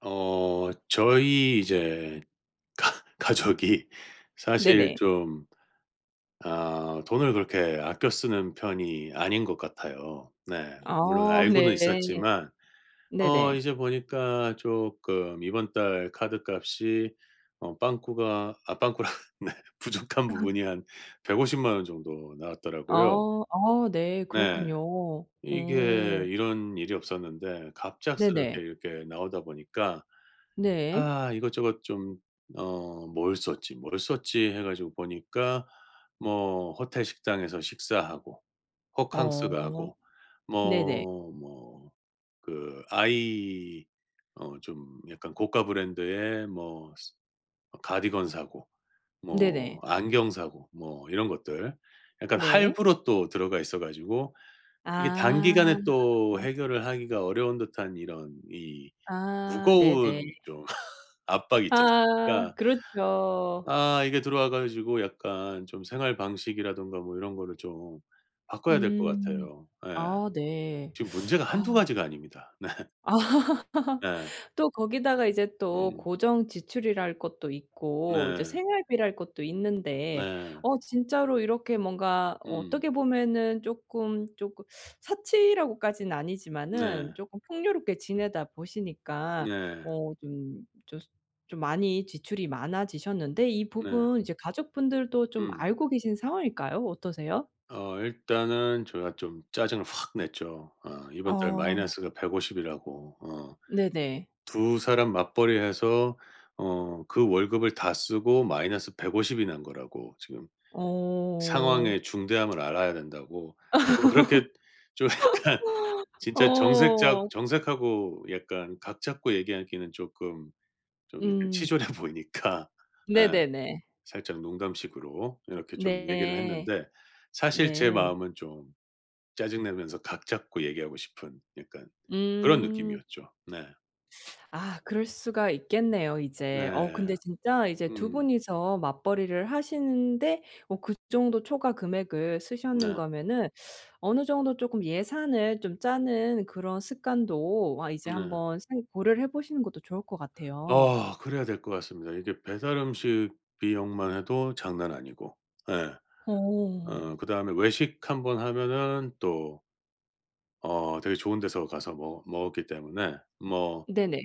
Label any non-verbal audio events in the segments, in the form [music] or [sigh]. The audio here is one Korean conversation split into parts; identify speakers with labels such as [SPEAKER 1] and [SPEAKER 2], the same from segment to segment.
[SPEAKER 1] 저희 이제 [laughs] 가 가족이 사실
[SPEAKER 2] 네네.
[SPEAKER 1] 좀 아, 돈을 그렇게 아껴 쓰는 편이 아닌 것 같아요. 네. 물론
[SPEAKER 2] 아
[SPEAKER 1] 알고는
[SPEAKER 2] 네.
[SPEAKER 1] 있었지만
[SPEAKER 2] 네네.
[SPEAKER 1] 이제 보니까 조금 이번 달 카드값이 빵꾸가, 아 빵꾸라 [laughs] 네, 부족한 부분이 한 150만 원 정도
[SPEAKER 2] 아
[SPEAKER 1] 나왔더라고요.
[SPEAKER 2] 아 네.
[SPEAKER 1] 네.
[SPEAKER 2] 그렇군요.
[SPEAKER 1] 이게
[SPEAKER 2] 어
[SPEAKER 1] 이런 일이 없었는데
[SPEAKER 2] 네네.
[SPEAKER 1] 갑작스럽게 이렇게 나오다 보니까
[SPEAKER 2] 네.
[SPEAKER 1] 아, 이것저것 좀 '뭘 썼지, 뭘 썼지.' 해 가지고 보니까 뭐 호텔 식당에서 식사하고 호캉스
[SPEAKER 2] 어
[SPEAKER 1] 가고
[SPEAKER 2] 네네.
[SPEAKER 1] 뭐 그 아이 좀 약간 고가 브랜드의 뭐 스 가디건 사고
[SPEAKER 2] 네네.
[SPEAKER 1] 뭐 안경 사고 뭐 이런 것들 약간
[SPEAKER 2] 네.
[SPEAKER 1] 할부로 또 들어가 있어 가지고 이게
[SPEAKER 2] 아.
[SPEAKER 1] 단기간에 또 해결을 하기가 어려운 듯한 이런 이
[SPEAKER 2] 아 네네.
[SPEAKER 1] 무거운 좀 압박이 있지
[SPEAKER 2] 아
[SPEAKER 1] 않습니까?
[SPEAKER 2] 그렇죠.
[SPEAKER 1] 아, 이게 들어와 가지고 약간 좀 생활 방식이라든가 뭐 이런 거를 좀 바꿔야 될 것
[SPEAKER 2] 음.
[SPEAKER 1] 같아요. 예.
[SPEAKER 2] 아 네.
[SPEAKER 1] 지금 문제가 한두
[SPEAKER 2] 아.
[SPEAKER 1] 가지가 아닙니다. [laughs]
[SPEAKER 2] 아.
[SPEAKER 1] 네. 네.
[SPEAKER 2] 또 거기다가 이제 또
[SPEAKER 1] 음.
[SPEAKER 2] 고정 지출이랄 것도 있고 이제
[SPEAKER 1] 네.
[SPEAKER 2] 생활비랄 것도 있는데
[SPEAKER 1] 네.
[SPEAKER 2] 어 진짜로 이렇게 뭔가
[SPEAKER 1] 음.
[SPEAKER 2] 어떻게 보면은 쪼끔 사치라고까지는 아니지만은
[SPEAKER 1] 네.
[SPEAKER 2] 쪼끔 풍요롭게 지내다 보시니까
[SPEAKER 1] 네.
[SPEAKER 2] 어 좀 많이 지출이 많아지셨는데 이
[SPEAKER 1] 네.
[SPEAKER 2] 부분 이제 가족분들도 좀
[SPEAKER 1] 음.
[SPEAKER 2] 알고 계신 상황일까요? 어떠세요?
[SPEAKER 1] 일단은 제가 좀 짜증을 확 냈죠. 어 이번 달
[SPEAKER 2] 어.
[SPEAKER 1] 마이너스가 150 이라고.
[SPEAKER 2] 네네.
[SPEAKER 1] 두 사람 맞벌이해서 그 월급을 다 쓰고 마이너스 150 이 난 거라고 지금
[SPEAKER 2] 어.
[SPEAKER 1] 상황의 중대함을 알아야 된다고 뭐 그렇게 좀 약간 [laughs] 진짜 정색작
[SPEAKER 2] 어.
[SPEAKER 1] 정색하고 약간 각 잡고 얘기하기는 쪼끔 좀 약간
[SPEAKER 2] 음.
[SPEAKER 1] 치졸해 [laughs] 보이니까 예,
[SPEAKER 2] 네네네.
[SPEAKER 1] 살짝 농담식으로 이렇게 좀 얘기를
[SPEAKER 2] 네.
[SPEAKER 1] 했는데 사실 제
[SPEAKER 2] 네.
[SPEAKER 1] 마음은 좀 짜증 내면서 각 잡고 얘기하고 싶은 약간 그런
[SPEAKER 2] 음.
[SPEAKER 1] 느낌이었죠. 네.
[SPEAKER 2] 아 그럴 수가 있겠네요 이제. 어
[SPEAKER 1] 네.
[SPEAKER 2] 근데 진짜 이제 두
[SPEAKER 1] 음.
[SPEAKER 2] 분이서 맞벌이를 하시는데 어 그 정도 초과 금액을 쓰셨는
[SPEAKER 1] 네.
[SPEAKER 2] 거면은 어느 정도 쪼끔 예산을 좀 짜는 그런 습관도 아 이제
[SPEAKER 1] 네.
[SPEAKER 2] 한번 생 고려를 해 보시는 것도 좋을 것 같아요.
[SPEAKER 1] 그래야 될 것 같습니다. 이게 배달 음식 비용만 해도 장난 아니고. 예.
[SPEAKER 2] 어.
[SPEAKER 1] 그다음에 외식 한번 하면은 또 되게 좋은 데서 가서 먹 먹었기 때문에 뭐,
[SPEAKER 2] 네네.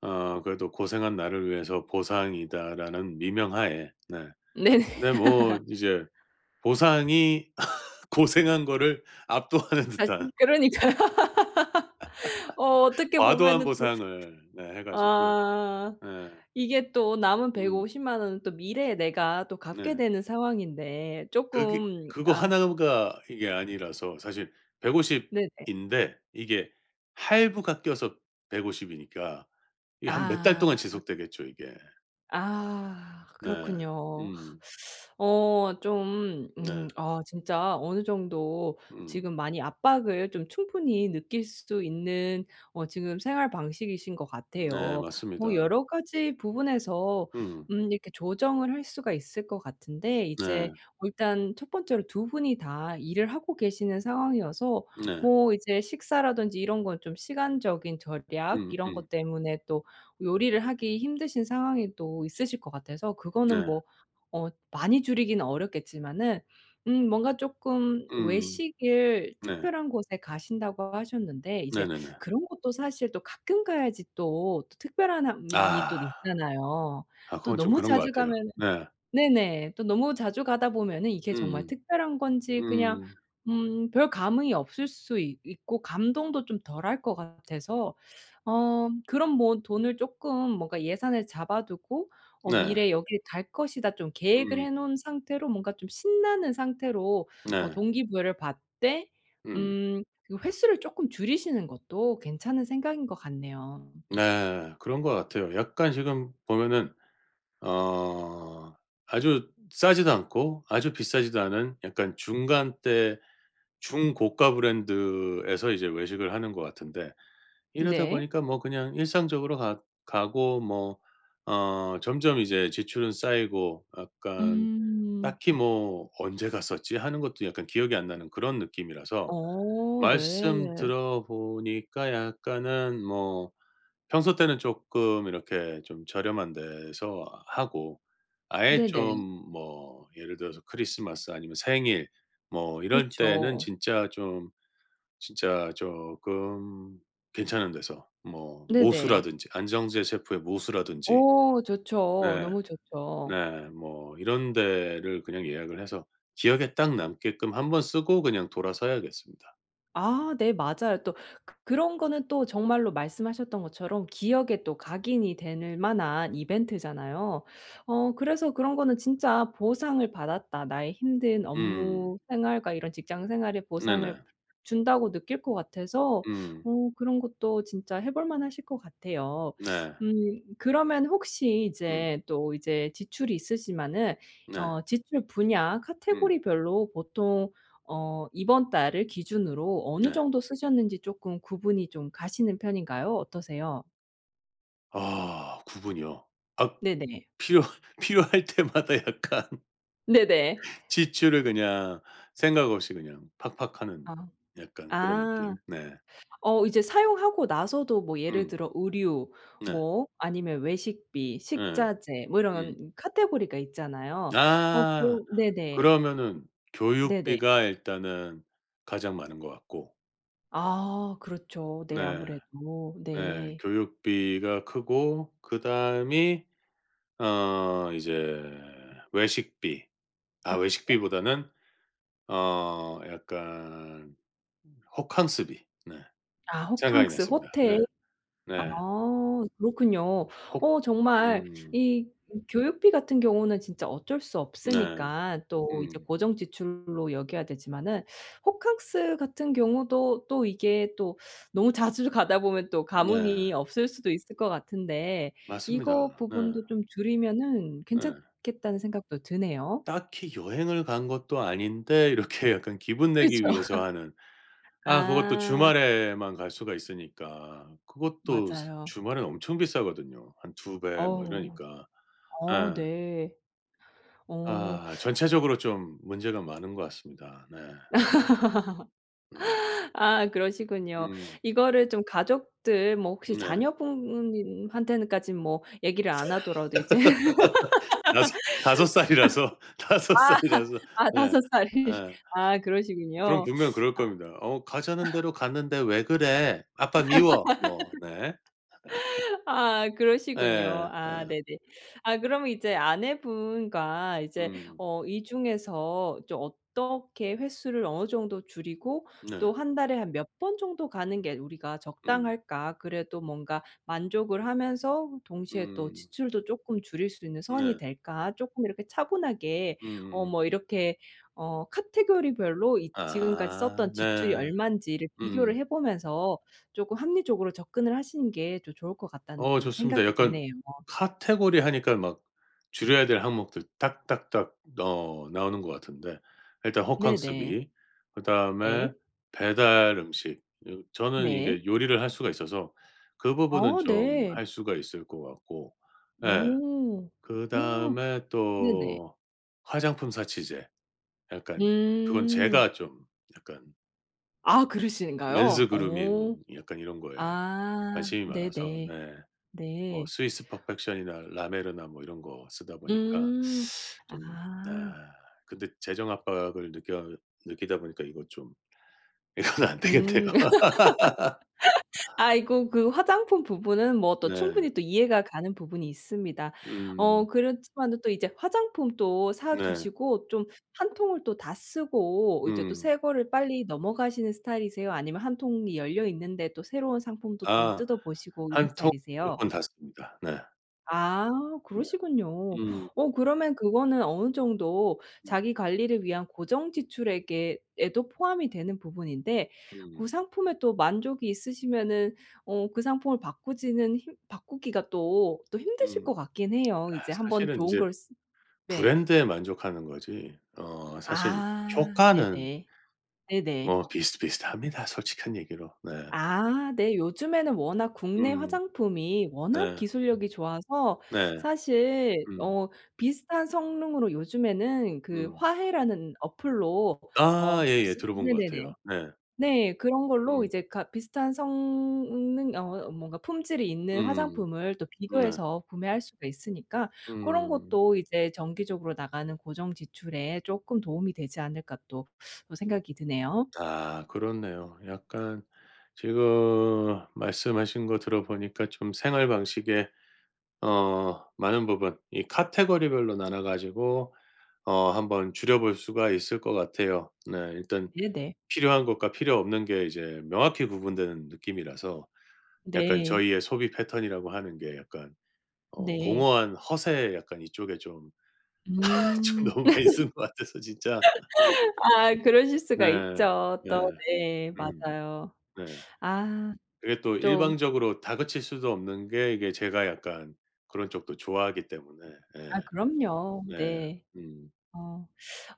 [SPEAKER 1] 그래도 '고생한 나를 위해서 보상이다.'라는 미명하에. 네.
[SPEAKER 2] [laughs] 네네.
[SPEAKER 1] 근데 뭐 이제 보상이 [laughs] 고생한 거를 압도하는
[SPEAKER 2] 다시
[SPEAKER 1] 듯한
[SPEAKER 2] 그러니까요. [laughs] 어 어떻게
[SPEAKER 1] 과도한
[SPEAKER 2] 보면은 또
[SPEAKER 1] 보상을 네 해 가지고.
[SPEAKER 2] 아.
[SPEAKER 1] 예.
[SPEAKER 2] 이게 또 남은 1 5
[SPEAKER 1] 음.
[SPEAKER 2] 0만 원은 또 미래에 내가 또 갚게
[SPEAKER 1] 네.
[SPEAKER 2] 되는 상황인데
[SPEAKER 1] 그게
[SPEAKER 2] 쪼끔
[SPEAKER 1] 그거
[SPEAKER 2] 아
[SPEAKER 1] 하나가 이게 아니라서 사실 150
[SPEAKER 2] 네네.
[SPEAKER 1] 인데 이게 할부가 껴서 150 이니까 이게 한 몇 달
[SPEAKER 2] 아.
[SPEAKER 1] 동안 지속되겠죠, 이게.
[SPEAKER 2] 아
[SPEAKER 1] 네. 네.
[SPEAKER 2] 그렇군요.
[SPEAKER 1] 음.
[SPEAKER 2] 어 좀
[SPEAKER 1] 네.
[SPEAKER 2] 아 진짜 어느 정도
[SPEAKER 1] 음.
[SPEAKER 2] 지금 많이 압박을 좀 충분히 느낄 수 있는 어 지금 생활 방식이신 것
[SPEAKER 1] 네,
[SPEAKER 2] 같아요. 뭐
[SPEAKER 1] 맞습니다.
[SPEAKER 2] 여러 가지 부분에서
[SPEAKER 1] 음.
[SPEAKER 2] 이렇게 조정을 할 수가 있을 것 같은데 이제
[SPEAKER 1] 네.
[SPEAKER 2] 어 일단 첫 번째로 두 분이 다 일을 하고 계시는 상황이어서
[SPEAKER 1] 네.
[SPEAKER 2] 뭐 이제 식사라든지 이런 건 좀 시간적인 절약 이런
[SPEAKER 1] 음음.
[SPEAKER 2] 것 때문에 또 요리를 하기 힘드신 상황이 또 있으실 것 같아서 그거는
[SPEAKER 1] 네.
[SPEAKER 2] 뭐 어 많이 줄이기는 어렵겠지만은 뭔가 쪼끔
[SPEAKER 1] 음.
[SPEAKER 2] 외식을
[SPEAKER 1] 네.
[SPEAKER 2] 특별한 곳에 가신다고 하셨는데 이제
[SPEAKER 1] 네네네.
[SPEAKER 2] 그런 곳도 사실 또 가끔 가야지 또 특별한 함이 또
[SPEAKER 1] 아.
[SPEAKER 2] 있잖아요.
[SPEAKER 1] 아,
[SPEAKER 2] 또
[SPEAKER 1] 그건 좀
[SPEAKER 2] 너무
[SPEAKER 1] 그런 것
[SPEAKER 2] 자주
[SPEAKER 1] 같아요.
[SPEAKER 2] 가면은
[SPEAKER 1] 네.
[SPEAKER 2] 네네. 또 너무 자주 가다 보면은 이게 정말
[SPEAKER 1] 음음.
[SPEAKER 2] 특별한 건지 그냥
[SPEAKER 1] 음.
[SPEAKER 2] 별 감흥이 없을 수 있 있고 감동도 좀 덜할 것 같아서 어 그런 뭐 돈을 쪼끔 뭔가 예산을 잡아 두고 어
[SPEAKER 1] 네.
[SPEAKER 2] '미래에 여길 갈 것이다.' 좀 계획을
[SPEAKER 1] 음.
[SPEAKER 2] 해 놓은 상태로 뭔가 좀 신나는 상태로 어
[SPEAKER 1] 네.
[SPEAKER 2] 동기부여를 받되
[SPEAKER 1] 음.
[SPEAKER 2] 음 그 횟수를 쪼끔 줄이시는 것도 괜찮은 생각인 것 같네요.
[SPEAKER 1] 네. 그런 것 같아요. 약간 지금 보면은 어 아주 싸지도 않고 아주 비싸지도 않은 약간 중간대 중고가 브랜드에서 이제 외식을 하는 것 같은데 이러다
[SPEAKER 2] 네.
[SPEAKER 1] 보니까 뭐 그냥 일상적으로 가 가고 뭐 점점 이제 지출은 쌓이고 약간
[SPEAKER 2] 음.
[SPEAKER 1] 딱히 뭐 '언제 갔었지?' 하는 것도 약간 기억이 안 나는 그런 느낌이라서
[SPEAKER 2] 어
[SPEAKER 1] 말씀
[SPEAKER 2] 네.
[SPEAKER 1] 들어보니까 약간은 뭐 평소 때는 조금 이렇게 좀 저렴한 데서 하고 아예 좀
[SPEAKER 2] 네네.
[SPEAKER 1] 뭐 예를 들어서 크리스마스 아니면 생일 뭐 이럴 때는
[SPEAKER 2] 그렇죠.
[SPEAKER 1] 진짜 좀 진짜 조금 괜찮은 데서 뭐
[SPEAKER 2] 네네.
[SPEAKER 1] 모수라든지 안정제 셰프의 모수라든지.
[SPEAKER 2] 어 좋죠.
[SPEAKER 1] 네.
[SPEAKER 2] 너무 좋죠.
[SPEAKER 1] 네. 뭐 이런 데를 그냥 예약을 해서 기억에 딱 남게끔 한번 쓰고 그냥 돌아서야겠습니다.
[SPEAKER 2] 아 네 맞아요. 또 그 그런 거는 또 정말로 말씀하셨던 것처럼 기억에 또 각인이 될 만한 이벤트잖아요. 어 그래서 그런 거는 진짜 '보상을 받았다. 나의 힘든
[SPEAKER 1] 음.
[SPEAKER 2] 업무 생활과 이런 직장 생활에 보상을
[SPEAKER 1] 네네.
[SPEAKER 2] 준다.'고 느낄 것 같아서
[SPEAKER 1] 음.
[SPEAKER 2] 어 그런 것도 진짜 해볼 만하실 것 같아요.
[SPEAKER 1] 네.
[SPEAKER 2] 음 그러면 혹시
[SPEAKER 1] 음.
[SPEAKER 2] 이제 또 이제 지출이 있으시면은
[SPEAKER 1] 네.
[SPEAKER 2] 어 지출 분야
[SPEAKER 1] 음.
[SPEAKER 2] 카테고리별로 보통 어 이번 달을 기준으로 어느
[SPEAKER 1] 네.
[SPEAKER 2] 정도 쓰셨는지 조금 구분이 좀 가시는 편인가요? 어떠세요?
[SPEAKER 1] 아, 구분이요. 아,
[SPEAKER 2] 네네.
[SPEAKER 1] 필요 [laughs] 필요할 때마다 약간
[SPEAKER 2] 네네.
[SPEAKER 1] [laughs] 지출을 그냥 생각 없이 그냥 팍팍 하는
[SPEAKER 2] 아.
[SPEAKER 1] 약간 그런
[SPEAKER 2] 아.
[SPEAKER 1] 느낌. 네.
[SPEAKER 2] 어 이제 사용하고 나서도 뭐 예를
[SPEAKER 1] 음.
[SPEAKER 2] 들어 의류
[SPEAKER 1] 네.
[SPEAKER 2] 뭐 아니면 외식비,
[SPEAKER 1] 예.
[SPEAKER 2] 식자재 뭐
[SPEAKER 1] 음.
[SPEAKER 2] 이런 카테고리가 있잖아요. 어
[SPEAKER 1] 아.
[SPEAKER 2] 그 네네.
[SPEAKER 1] 그러면은
[SPEAKER 2] 네네.
[SPEAKER 1] 교육비가 일단은 가장 많은 것 같고.
[SPEAKER 2] 아 그렇죠. 네
[SPEAKER 1] 네.
[SPEAKER 2] 아무래도.
[SPEAKER 1] 네.
[SPEAKER 2] 네.
[SPEAKER 1] 교육비가 크고 그다음이 이제 외식비. 아,
[SPEAKER 2] 음. 어?
[SPEAKER 1] 외식비보다는 약간 호캉스비. 네.
[SPEAKER 2] 아
[SPEAKER 1] 생각이
[SPEAKER 2] 호캉스
[SPEAKER 1] 났습니다. 네.
[SPEAKER 2] 호텔. 아
[SPEAKER 1] 네.
[SPEAKER 2] 그렇군요.
[SPEAKER 1] 혹
[SPEAKER 2] 어 정말
[SPEAKER 1] 음.
[SPEAKER 2] 이 교육비 같은 경우는 진짜 어쩔 수
[SPEAKER 1] 네.
[SPEAKER 2] 없으니까 또 이제
[SPEAKER 1] 음.
[SPEAKER 2] 고정 지출로 여겨야 되지만은 호캉스 같은 경우도 또 이게 또 너무 자주 [laughs] 가다 보면 또 감흥이
[SPEAKER 1] 네,
[SPEAKER 2] 없을 수도 있을 것 같은데
[SPEAKER 1] 맞습니다.
[SPEAKER 2] 이거
[SPEAKER 1] 네.
[SPEAKER 2] 부분도 좀 줄이면은
[SPEAKER 1] 네.
[SPEAKER 2] 괜찮겠다는 생각도 드네요.
[SPEAKER 1] 딱히 여행을 간 것도 아닌데 [laughs] 이렇게 약간 기분 내기
[SPEAKER 2] 그죠.
[SPEAKER 1] 위해서 하는. 아 그것도
[SPEAKER 2] 아
[SPEAKER 1] 주말에만 갈 수가 있으니까. 그것도 스
[SPEAKER 2] 맞아요.
[SPEAKER 1] 주말엔 엄청 비싸거든요. 한 두 배 뭐
[SPEAKER 2] 어우.
[SPEAKER 1] 이러니까.
[SPEAKER 2] 어
[SPEAKER 1] 예.
[SPEAKER 2] 네. 어
[SPEAKER 1] 아, 전체적으로 좀 문제가 많은 것 같습니다. 네. 네.
[SPEAKER 2] 아 그러시군요.
[SPEAKER 1] 음.
[SPEAKER 2] 이거를 좀 가족들 뭐 혹시
[SPEAKER 1] 네.
[SPEAKER 2] 자녀분한테는까진 뭐 얘기를 안 하더라도 이제 [laughs]
[SPEAKER 1] 다섯 살이라서 [laughs] 다섯 살이라서.
[SPEAKER 2] 아
[SPEAKER 1] 네.
[SPEAKER 2] 다섯 살이
[SPEAKER 1] 예.
[SPEAKER 2] 아
[SPEAKER 1] 그럼
[SPEAKER 2] 그러시군요.
[SPEAKER 1] 분명 그럴
[SPEAKER 2] 아
[SPEAKER 1] 겁니다. "어 가자는 대로 갔는데 왜 그래? 아빠 미워." 뭐 네. [laughs]
[SPEAKER 2] 아 그러시군요.
[SPEAKER 1] 예.
[SPEAKER 2] 아 네네. 아 그러면 이제 아내분과 이제
[SPEAKER 1] 음.
[SPEAKER 2] 어 이 중에서 좀 어떻게 횟수를 어느 정도 줄이고
[SPEAKER 1] 네.
[SPEAKER 2] 또 한 달에 한 몇 번 정도 가는 게 우리가
[SPEAKER 1] 음.
[SPEAKER 2] 적당할까? 그래도 뭔가 만족을 하면서 동시에 또
[SPEAKER 1] 음.
[SPEAKER 2] 지출도 쪼끔 줄일 수 있는 선이
[SPEAKER 1] 네.
[SPEAKER 2] 될까? 쪼끔 이렇게 차분하게 어
[SPEAKER 1] 음음음.
[SPEAKER 2] 뭐 이렇게 어 카테고리별로 이 지금까지
[SPEAKER 1] 아
[SPEAKER 2] 썼던 지출이
[SPEAKER 1] 네.
[SPEAKER 2] 얼만지를
[SPEAKER 1] 음.
[SPEAKER 2] 비교를 해 보면서 조금 합리적으로 접근을 하시는 게 또 좋을 것 같다는 또
[SPEAKER 1] 좋습니다.
[SPEAKER 2] 생각이
[SPEAKER 1] 약간
[SPEAKER 2] 드네요.
[SPEAKER 1] 카테고리 하니까 막 줄여야 될 항목들 딱딱딱 나오는 것 같은데 일단
[SPEAKER 2] 네네.
[SPEAKER 1] 호캉스비, 그다음에
[SPEAKER 2] 네.
[SPEAKER 1] 배달 음식. 요 저는
[SPEAKER 2] 네.
[SPEAKER 1] 이게 요리를 할 수가 있어서 그 부분은
[SPEAKER 2] 어
[SPEAKER 1] 좀
[SPEAKER 2] 네.
[SPEAKER 1] 할 수가 있을 것 같고. 예.
[SPEAKER 2] 오. 오
[SPEAKER 1] 그다음에
[SPEAKER 2] 네네.
[SPEAKER 1] 또 화장품 사치제, 약간 그건
[SPEAKER 2] 음.
[SPEAKER 1] 제가 좀 약간
[SPEAKER 2] 아
[SPEAKER 1] 맨스
[SPEAKER 2] 그러신가요?
[SPEAKER 1] 그루밍
[SPEAKER 2] 어.
[SPEAKER 1] 약간 이런 거에
[SPEAKER 2] 아
[SPEAKER 1] 관심이 많아서.
[SPEAKER 2] 네네.
[SPEAKER 1] 네. 뭐
[SPEAKER 2] 네.
[SPEAKER 1] 스위스 퍼펙션이나 라메르나 뭐 이런 거 쓰다 보니까
[SPEAKER 2] 음.
[SPEAKER 1] 좀, 아,
[SPEAKER 2] 아.
[SPEAKER 1] 근데 재정 압박을 느껴 느끼다 보니까 이거 좀 [laughs] 이건 안 되겠네요.
[SPEAKER 2] 음.
[SPEAKER 1] [laughs]
[SPEAKER 2] 아이고 그 화장품 부분은 뭐 또
[SPEAKER 1] 네.
[SPEAKER 2] 충분히 또 이해가 가는 부분이 있습니다. 어
[SPEAKER 1] 음.
[SPEAKER 2] 그렇지만은 또 이제 화장품도 사
[SPEAKER 1] 네.
[SPEAKER 2] 두시고 좀 한 통을 또 다 쓰고 이제 또
[SPEAKER 1] 음.
[SPEAKER 2] 새 거를 빨리 넘어가시는 스타일이세요? 아니면 한 통이 열려 있는데 또 새로운 상품도 좀
[SPEAKER 1] 아,
[SPEAKER 2] 뜯어 보시고 이런
[SPEAKER 1] 한 통
[SPEAKER 2] 스타일이세요?
[SPEAKER 1] 무조건 닫습니다. 네.
[SPEAKER 2] 아
[SPEAKER 1] 네.
[SPEAKER 2] 그러시군요.
[SPEAKER 1] 음.
[SPEAKER 2] 어 그러면 그거는 어느 정도
[SPEAKER 1] 음.
[SPEAKER 2] 자기 관리를 위한 고정 지출액에 에도 포함이 되는 부분인데 그
[SPEAKER 1] 음.
[SPEAKER 2] 상품에 또 만족이 있으시면은 어 그 상품을 바꾸지는 힘 바꾸기가 또 힘드실
[SPEAKER 1] 음.
[SPEAKER 2] 것 같긴 해요.
[SPEAKER 1] 아,
[SPEAKER 2] 이제 한번
[SPEAKER 1] 사실은
[SPEAKER 2] 좋은
[SPEAKER 1] 이제
[SPEAKER 2] 걸 쓰 네.
[SPEAKER 1] 브랜드에 만족하는 거지, 어 사실
[SPEAKER 2] 아
[SPEAKER 1] 효과는
[SPEAKER 2] 네네. 네네.
[SPEAKER 1] 뭐 비슷비슷합니다, 솔직한 얘기로. 네.
[SPEAKER 2] 아 네. 요즘에는 워낙 국내
[SPEAKER 1] 음.
[SPEAKER 2] 화장품이 워낙
[SPEAKER 1] 네.
[SPEAKER 2] 기술력이 좋아서
[SPEAKER 1] 네.
[SPEAKER 2] 사실
[SPEAKER 1] 음.
[SPEAKER 2] 어 비슷한 성능으로 요즘에는 그
[SPEAKER 1] 음.
[SPEAKER 2] 화해라는 어플로
[SPEAKER 1] 아
[SPEAKER 2] 어
[SPEAKER 1] 예예,
[SPEAKER 2] 쓰
[SPEAKER 1] 들어본 것
[SPEAKER 2] 네네네.
[SPEAKER 1] 같아요. 네.
[SPEAKER 2] 네. 그런 걸로
[SPEAKER 1] 음.
[SPEAKER 2] 이제 가 비슷한 성능 어 뭔가 품질이 있는
[SPEAKER 1] 음.
[SPEAKER 2] 화장품을 또
[SPEAKER 1] 네.
[SPEAKER 2] 비교해서 구매할 수가 있으니까 고런
[SPEAKER 1] 음.
[SPEAKER 2] 것도 이제 정기적으로 나가는 고정 지출에 쪼끔 도움이 되지 않을까 또 또 생각이 드네요.
[SPEAKER 1] 아, 그렇네요. 약간 지금 말씀하신 거 들어보니까 좀 생활 방식에 많은 부분 이 카테고리별로 나눠 가지고 한번 줄여 볼 수가 있을 것 같아요. 네. 일단
[SPEAKER 2] 네네.
[SPEAKER 1] 필요한 것과 필요 없는 게 이제 명확히 구분되는 느낌이라서 약간
[SPEAKER 2] 네.
[SPEAKER 1] 저희의 소비 패턴이라고 하는 게 약간
[SPEAKER 2] 네. 네.
[SPEAKER 1] 공허한 허세 약간 이쪽에 좀 [laughs] 좀
[SPEAKER 2] 음.
[SPEAKER 1] 너무 많이 쓴 것 같아서 진짜.
[SPEAKER 2] 아 그러실 수가
[SPEAKER 1] 네.
[SPEAKER 2] 있죠.
[SPEAKER 1] 네.
[SPEAKER 2] 또 네.
[SPEAKER 1] 음.
[SPEAKER 2] 맞아요.
[SPEAKER 1] 네.
[SPEAKER 2] 아
[SPEAKER 1] 그게 또
[SPEAKER 2] 좀
[SPEAKER 1] 일방적으로 다그칠 수도 없는 게 이게 제가 약간 그런 쪽도 좋아하기 때문에. 예.
[SPEAKER 2] 아 그럼요.
[SPEAKER 1] 네. 네.
[SPEAKER 2] 네.
[SPEAKER 1] 음.
[SPEAKER 2] 어.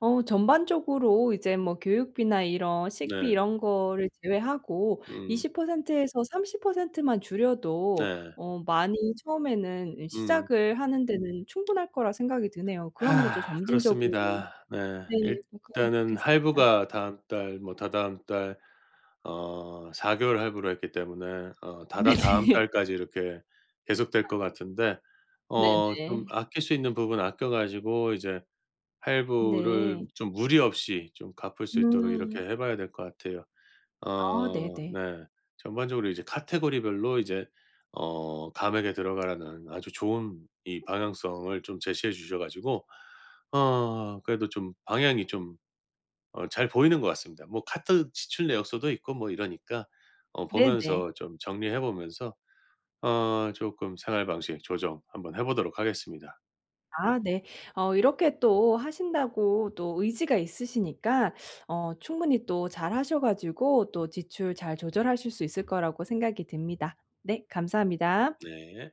[SPEAKER 2] 어 전반적으로 이제 뭐 교육비나 이런 식비
[SPEAKER 1] 네.
[SPEAKER 2] 이런 거를 제외하고
[SPEAKER 1] 음.
[SPEAKER 2] 20% 에서 30%만 줄여도
[SPEAKER 1] 네.
[SPEAKER 2] 어 많이 처음에는 이
[SPEAKER 1] 음.
[SPEAKER 2] 시작을 하는 데는 충분할 거라 생각이 드네요. 그러면서 좀
[SPEAKER 1] 아,
[SPEAKER 2] 점진적으로
[SPEAKER 1] 그렇습니다. 네.
[SPEAKER 2] 네 뭐 그러면
[SPEAKER 1] 일단은
[SPEAKER 2] 좋겠습니다.
[SPEAKER 1] 할부가 다음 달 뭐 다다음 달 4개월 개월 할부로 했기 때문에
[SPEAKER 2] [laughs]
[SPEAKER 1] 다다다음
[SPEAKER 2] 네네.
[SPEAKER 1] 달까지 이렇게 계속될 것 같은데 좀
[SPEAKER 2] 네네.
[SPEAKER 1] 아낄 수 있는 부분 아껴 가지고 이제 할부를
[SPEAKER 2] 네.
[SPEAKER 1] 좀 무리 없이 좀 갚을 수 있도록 이렇게
[SPEAKER 2] 음.
[SPEAKER 1] 해 봐야 될 것 같아요.
[SPEAKER 2] 아
[SPEAKER 1] 어
[SPEAKER 2] 네네.
[SPEAKER 1] 네. 전반적으로 이제 카테고리별로 이제 "감액에 들어가라."는 아주 좋은 이 방향성을 좀 제시해 주셔 가지고 그래도 좀 방향이 좀 잘 보이는 것 같습니다. 뭐 카드 지출 내역서도 있고 뭐 이러니까
[SPEAKER 2] 네네.
[SPEAKER 1] 보면서 좀 정리해 보면서 쪼끔 생활 방식 조정 한번 해 보도록 하겠습니다.
[SPEAKER 2] 아 네. 어 이렇게 또 하신다고 또 의지가 있으시니까 어 충분히 또 잘하셔 가지고 또 지출 잘 조절하실 수 있을 거라고 생각이 듭니다. 네 감사합니다.
[SPEAKER 1] 네.